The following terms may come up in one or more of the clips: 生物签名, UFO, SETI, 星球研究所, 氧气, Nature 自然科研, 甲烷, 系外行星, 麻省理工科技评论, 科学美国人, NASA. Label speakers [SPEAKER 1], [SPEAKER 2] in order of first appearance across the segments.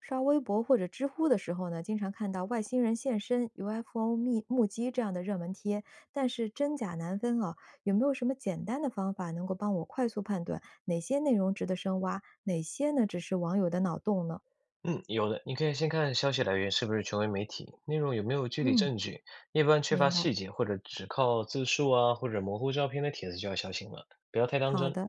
[SPEAKER 1] 刷微博或者知乎的时候呢，经常看到外星人现身、UFO 密目击这样的热门贴，但是真假难分啊。有没有什么简单的方法能够帮我快速判断哪些内容值得深挖，哪些呢只是网友的脑洞呢？
[SPEAKER 2] 嗯，有的，你可以先看消息来源是不是权威媒体，内容有没有具体
[SPEAKER 1] 嗯，
[SPEAKER 2] 证据，一般缺乏
[SPEAKER 1] 明白。
[SPEAKER 2] 细节或者只靠自述啊或者模糊照片的帖子就要小心了，不要太当
[SPEAKER 1] 好
[SPEAKER 2] 真。
[SPEAKER 1] 的。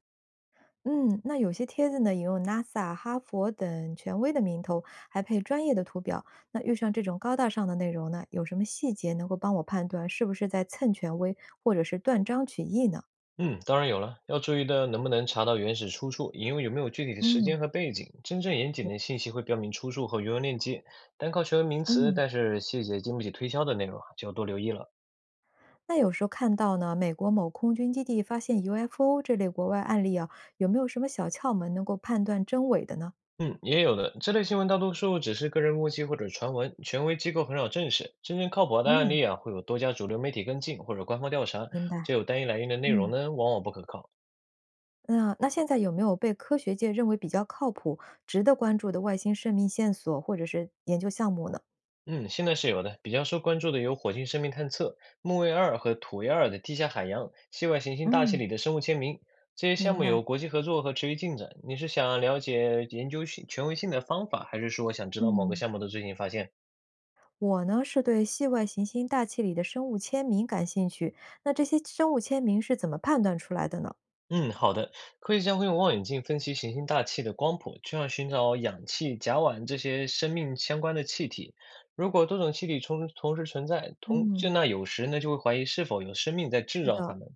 [SPEAKER 1] 嗯，那有些帖子呢引用 NASA、哈佛等权威的名头，还配专业的图表。那遇上这种高大上的内容呢，有什么细节能够帮我判断是不是在蹭权威或者是断章取义呢？
[SPEAKER 2] 嗯，当然有了，要注意的能不能查到原始出处，引用有没有具体的时
[SPEAKER 1] 嗯
[SPEAKER 2] 间和背景，真正严谨的信息会标明出处和原文链接，单靠权威名词，
[SPEAKER 1] 嗯。
[SPEAKER 2] 但是细节经不起推敲的内容啊，就要多留意了。
[SPEAKER 1] 那有时候看到呢，美国某空军基地发现 UFO 这类国外案例啊，有没有什么小窍门能够判断真伪的呢？
[SPEAKER 2] 嗯，也有的。这类新闻大多数只是个人目击或者传闻，权威机构很少证实。真正靠谱的案
[SPEAKER 1] 嗯，
[SPEAKER 2] 例啊，会有多家主流媒体跟进或者官方调查。
[SPEAKER 1] 明白。
[SPEAKER 2] 只有单一来源的内容
[SPEAKER 1] 嗯，
[SPEAKER 2] 呢，往往不可靠。
[SPEAKER 1] 那现在有没有被科学界认为比较靠谱、值得关注的外星生命线索或者是研究项目呢？
[SPEAKER 2] 嗯，现在是有的。比较受关注的有火星生命探测、木卫二和土卫二的地下海洋、系外行星大气
[SPEAKER 1] 嗯，
[SPEAKER 2] 里的生物签名。这些项
[SPEAKER 1] 明
[SPEAKER 2] 目
[SPEAKER 1] 白。
[SPEAKER 2] 有国际合作和持续进展。你是想了解研究性权威性的方法，还是说想知道某个
[SPEAKER 1] 嗯，
[SPEAKER 2] 项目的最新发现？
[SPEAKER 1] 我呢是对系外行星大气里的生物签名感兴趣，那这些生物签名是怎么判断出来的呢？
[SPEAKER 2] 嗯，好的。科学家会用望远镜分析行星大气的光谱，就像寻找氧气、甲烷这些生命相关的气体。如果多种气体同时存在，同就
[SPEAKER 1] 嗯。
[SPEAKER 2] 那有时呢就会怀疑是否有生命在制
[SPEAKER 1] 是
[SPEAKER 2] 造它
[SPEAKER 1] 的，
[SPEAKER 2] 们。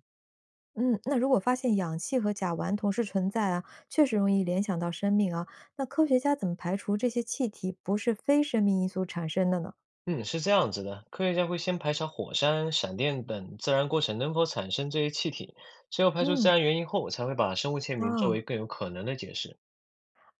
[SPEAKER 1] 嗯，那如果发现氧气和甲烷同时存在啊，确实容易联想到生命啊。那科学家怎么排除这些气体不是非生命因素产生的呢？
[SPEAKER 2] 嗯，是这样子的，科学家会先排查火山、闪电等自然过程能否产生这些气体，只有排除自
[SPEAKER 1] 嗯，
[SPEAKER 2] 然原因后，才会把生物签名作为
[SPEAKER 1] 啊
[SPEAKER 2] 更有可能的解释。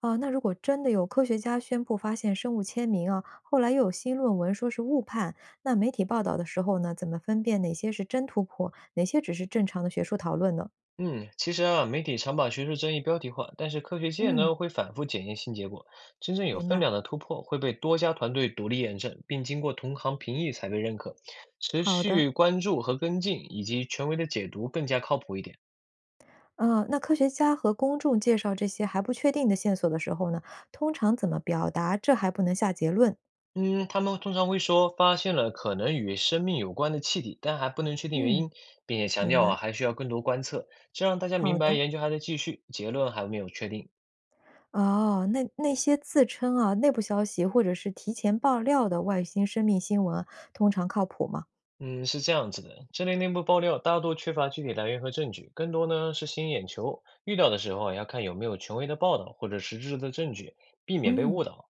[SPEAKER 1] 啊，那如果真的有科学家宣布发现生物签名啊，后来又有新论文说是误判，那媒体报道的时候呢，怎么分辨哪些是真突破，哪些只是正常的学术讨论呢？
[SPEAKER 2] 嗯，其实啊，媒体常把学术争议标题化，但是科学界
[SPEAKER 1] 嗯，
[SPEAKER 2] 呢会反复检验新结果。真正有
[SPEAKER 1] 明
[SPEAKER 2] 分
[SPEAKER 1] 白。
[SPEAKER 2] 量的突破会被多家团队独立验证，并经过同行评议才被认可。持
[SPEAKER 1] 好的。
[SPEAKER 2] 续关注和跟进，以及权威的解读更加靠谱一点。
[SPEAKER 1] 啊，那科学家和公众介绍这些还不确定的线索的时候呢，通常怎么表达？这还不能下结论。
[SPEAKER 2] 嗯，他们通常会说发现了可能与生命有关的气体，但还不能确定原
[SPEAKER 1] 嗯，
[SPEAKER 2] 因，并且强
[SPEAKER 1] 明
[SPEAKER 2] 调
[SPEAKER 1] 白。
[SPEAKER 2] 啊还需要更多观测，这让大家
[SPEAKER 1] 好
[SPEAKER 2] 明白
[SPEAKER 1] 的。
[SPEAKER 2] 研究还在继续，结论还没有确定。
[SPEAKER 1] 哦，那那些自称啊内部消息或者是提前爆料的外星生命新闻啊通常靠谱吗？
[SPEAKER 2] 嗯，是这样子的，这类内部爆料大多缺乏具体来源和证据，更多呢是吸引眼球。遇到的时候啊，要看有没有权威的报道或者实质的证据，避免被
[SPEAKER 1] 嗯，
[SPEAKER 2] 误导。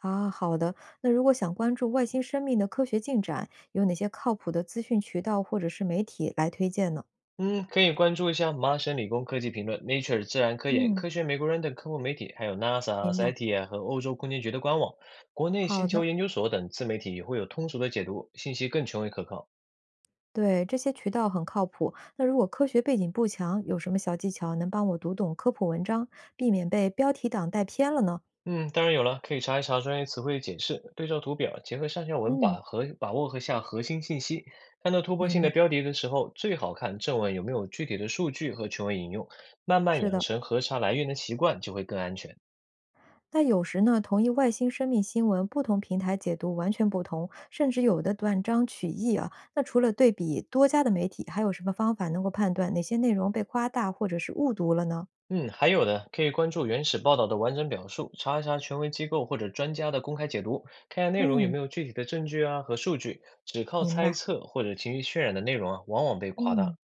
[SPEAKER 1] 啊，好的。那如果想关注外星生命的科学进展，有哪些靠谱的资讯渠道或者是媒体来推荐呢？
[SPEAKER 2] 嗯，可以关注一下麻省理工科技评论、Nature 自然科研、
[SPEAKER 1] 嗯，
[SPEAKER 2] 科学美国人等科普媒体，还有 NASA、
[SPEAKER 1] 明白。
[SPEAKER 2] SETI 和欧洲空间局的官网。国内
[SPEAKER 1] 好
[SPEAKER 2] 星
[SPEAKER 1] 的。
[SPEAKER 2] 球研究所等自媒体也会有通俗的解读，信息更权威可靠。
[SPEAKER 1] 对，这些渠道很靠谱。那如果科学背景不强，有什么小技巧能帮我读懂科普文章，避免被标题党带偏了呢？
[SPEAKER 2] 嗯，当然有了，可以查一查专业词汇解释，对照图表，结合上下文
[SPEAKER 1] 嗯，
[SPEAKER 2] 把握核心信息。看到突破
[SPEAKER 1] 明
[SPEAKER 2] 性
[SPEAKER 1] 白。
[SPEAKER 2] 的标题的时候，最好看正文有没有具体的数据和权威引用，慢慢
[SPEAKER 1] 是
[SPEAKER 2] 养
[SPEAKER 1] 的，
[SPEAKER 2] 成核查来源的习惯，就会更安全。
[SPEAKER 1] 那有时呢，同一外星生命新闻，不同平台解读完全不同，甚至有的断章取义啊。那除了对比多家的媒体，还有什么方法能够判断哪些内容被夸大或者是误读了呢？
[SPEAKER 2] 嗯，还有的可以关注原始报道的完整表述，查一查权威机构或者专家的公开解读，看下内容有
[SPEAKER 1] 嗯，
[SPEAKER 2] 没有具体的证据啊和数据。只靠
[SPEAKER 1] 明
[SPEAKER 2] 猜
[SPEAKER 1] 白。
[SPEAKER 2] 测或者情绪渲染的内容啊，往往被夸
[SPEAKER 1] 嗯。
[SPEAKER 2] 大。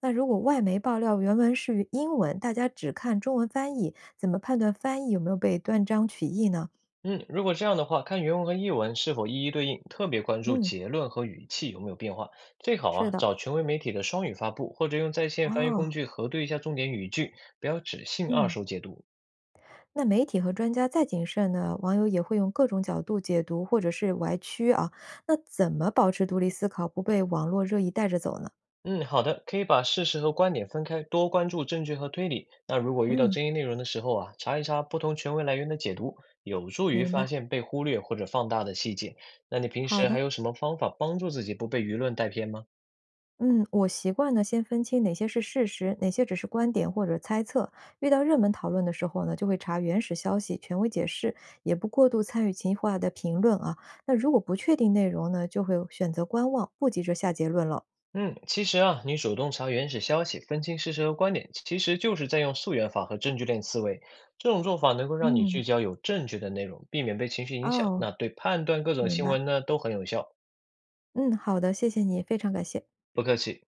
[SPEAKER 1] 那如果外媒爆料原文是英文，大家只看中文翻译，怎么判断翻译有没有被断章取义呢？
[SPEAKER 2] 嗯，如果这样的话，看原文和译文是否一一对应，特别关注
[SPEAKER 1] 嗯，
[SPEAKER 2] 结论和语气有没有变化。最好
[SPEAKER 1] 是
[SPEAKER 2] 啊，
[SPEAKER 1] 的，
[SPEAKER 2] 找权威媒体的双语发布，或者用在线翻译
[SPEAKER 1] 哦，
[SPEAKER 2] 工具核对一下重点语句，不要只信二
[SPEAKER 1] 嗯，
[SPEAKER 2] 手解读。
[SPEAKER 1] 那媒体和专家再谨慎呢，网友也会用各种角度解读或者是歪曲啊。那怎么保持独立思考，不被网络热议带着走呢？
[SPEAKER 2] 嗯，好的，可以把事实和观点分开，多关注证据和推理。那如果遇到
[SPEAKER 1] 嗯，
[SPEAKER 2] 争议内容的时候啊，查一查不同权威来源的解读，有助于
[SPEAKER 1] 明
[SPEAKER 2] 发
[SPEAKER 1] 白，
[SPEAKER 2] 现被忽略或者放大的细节。那你平
[SPEAKER 1] 好
[SPEAKER 2] 时还
[SPEAKER 1] 的。
[SPEAKER 2] 有什么方法帮助自己不被舆论带偏吗？
[SPEAKER 1] 嗯，我习惯呢，先分清哪些是事实，哪些只是观点或者猜测。遇到热门讨论的时候呢，就会查原始消息、权威解释，也不过度参与情绪化的评论啊。那如果不确定内容呢，就会选择观望，不急着下结论了。
[SPEAKER 2] 嗯，其实啊，你主动查原始消息，分清事实和观点，其实就是在用溯源法和证据链思维。这种做法能够让你
[SPEAKER 1] 嗯，
[SPEAKER 2] 聚焦有证据的内容，避免被情绪影响，
[SPEAKER 1] 哦，
[SPEAKER 2] 那对判断各种
[SPEAKER 1] 明
[SPEAKER 2] 新
[SPEAKER 1] 白。
[SPEAKER 2] 闻呢都很有效。
[SPEAKER 1] 嗯，好的，谢谢你，非常感谢。
[SPEAKER 2] 不客气。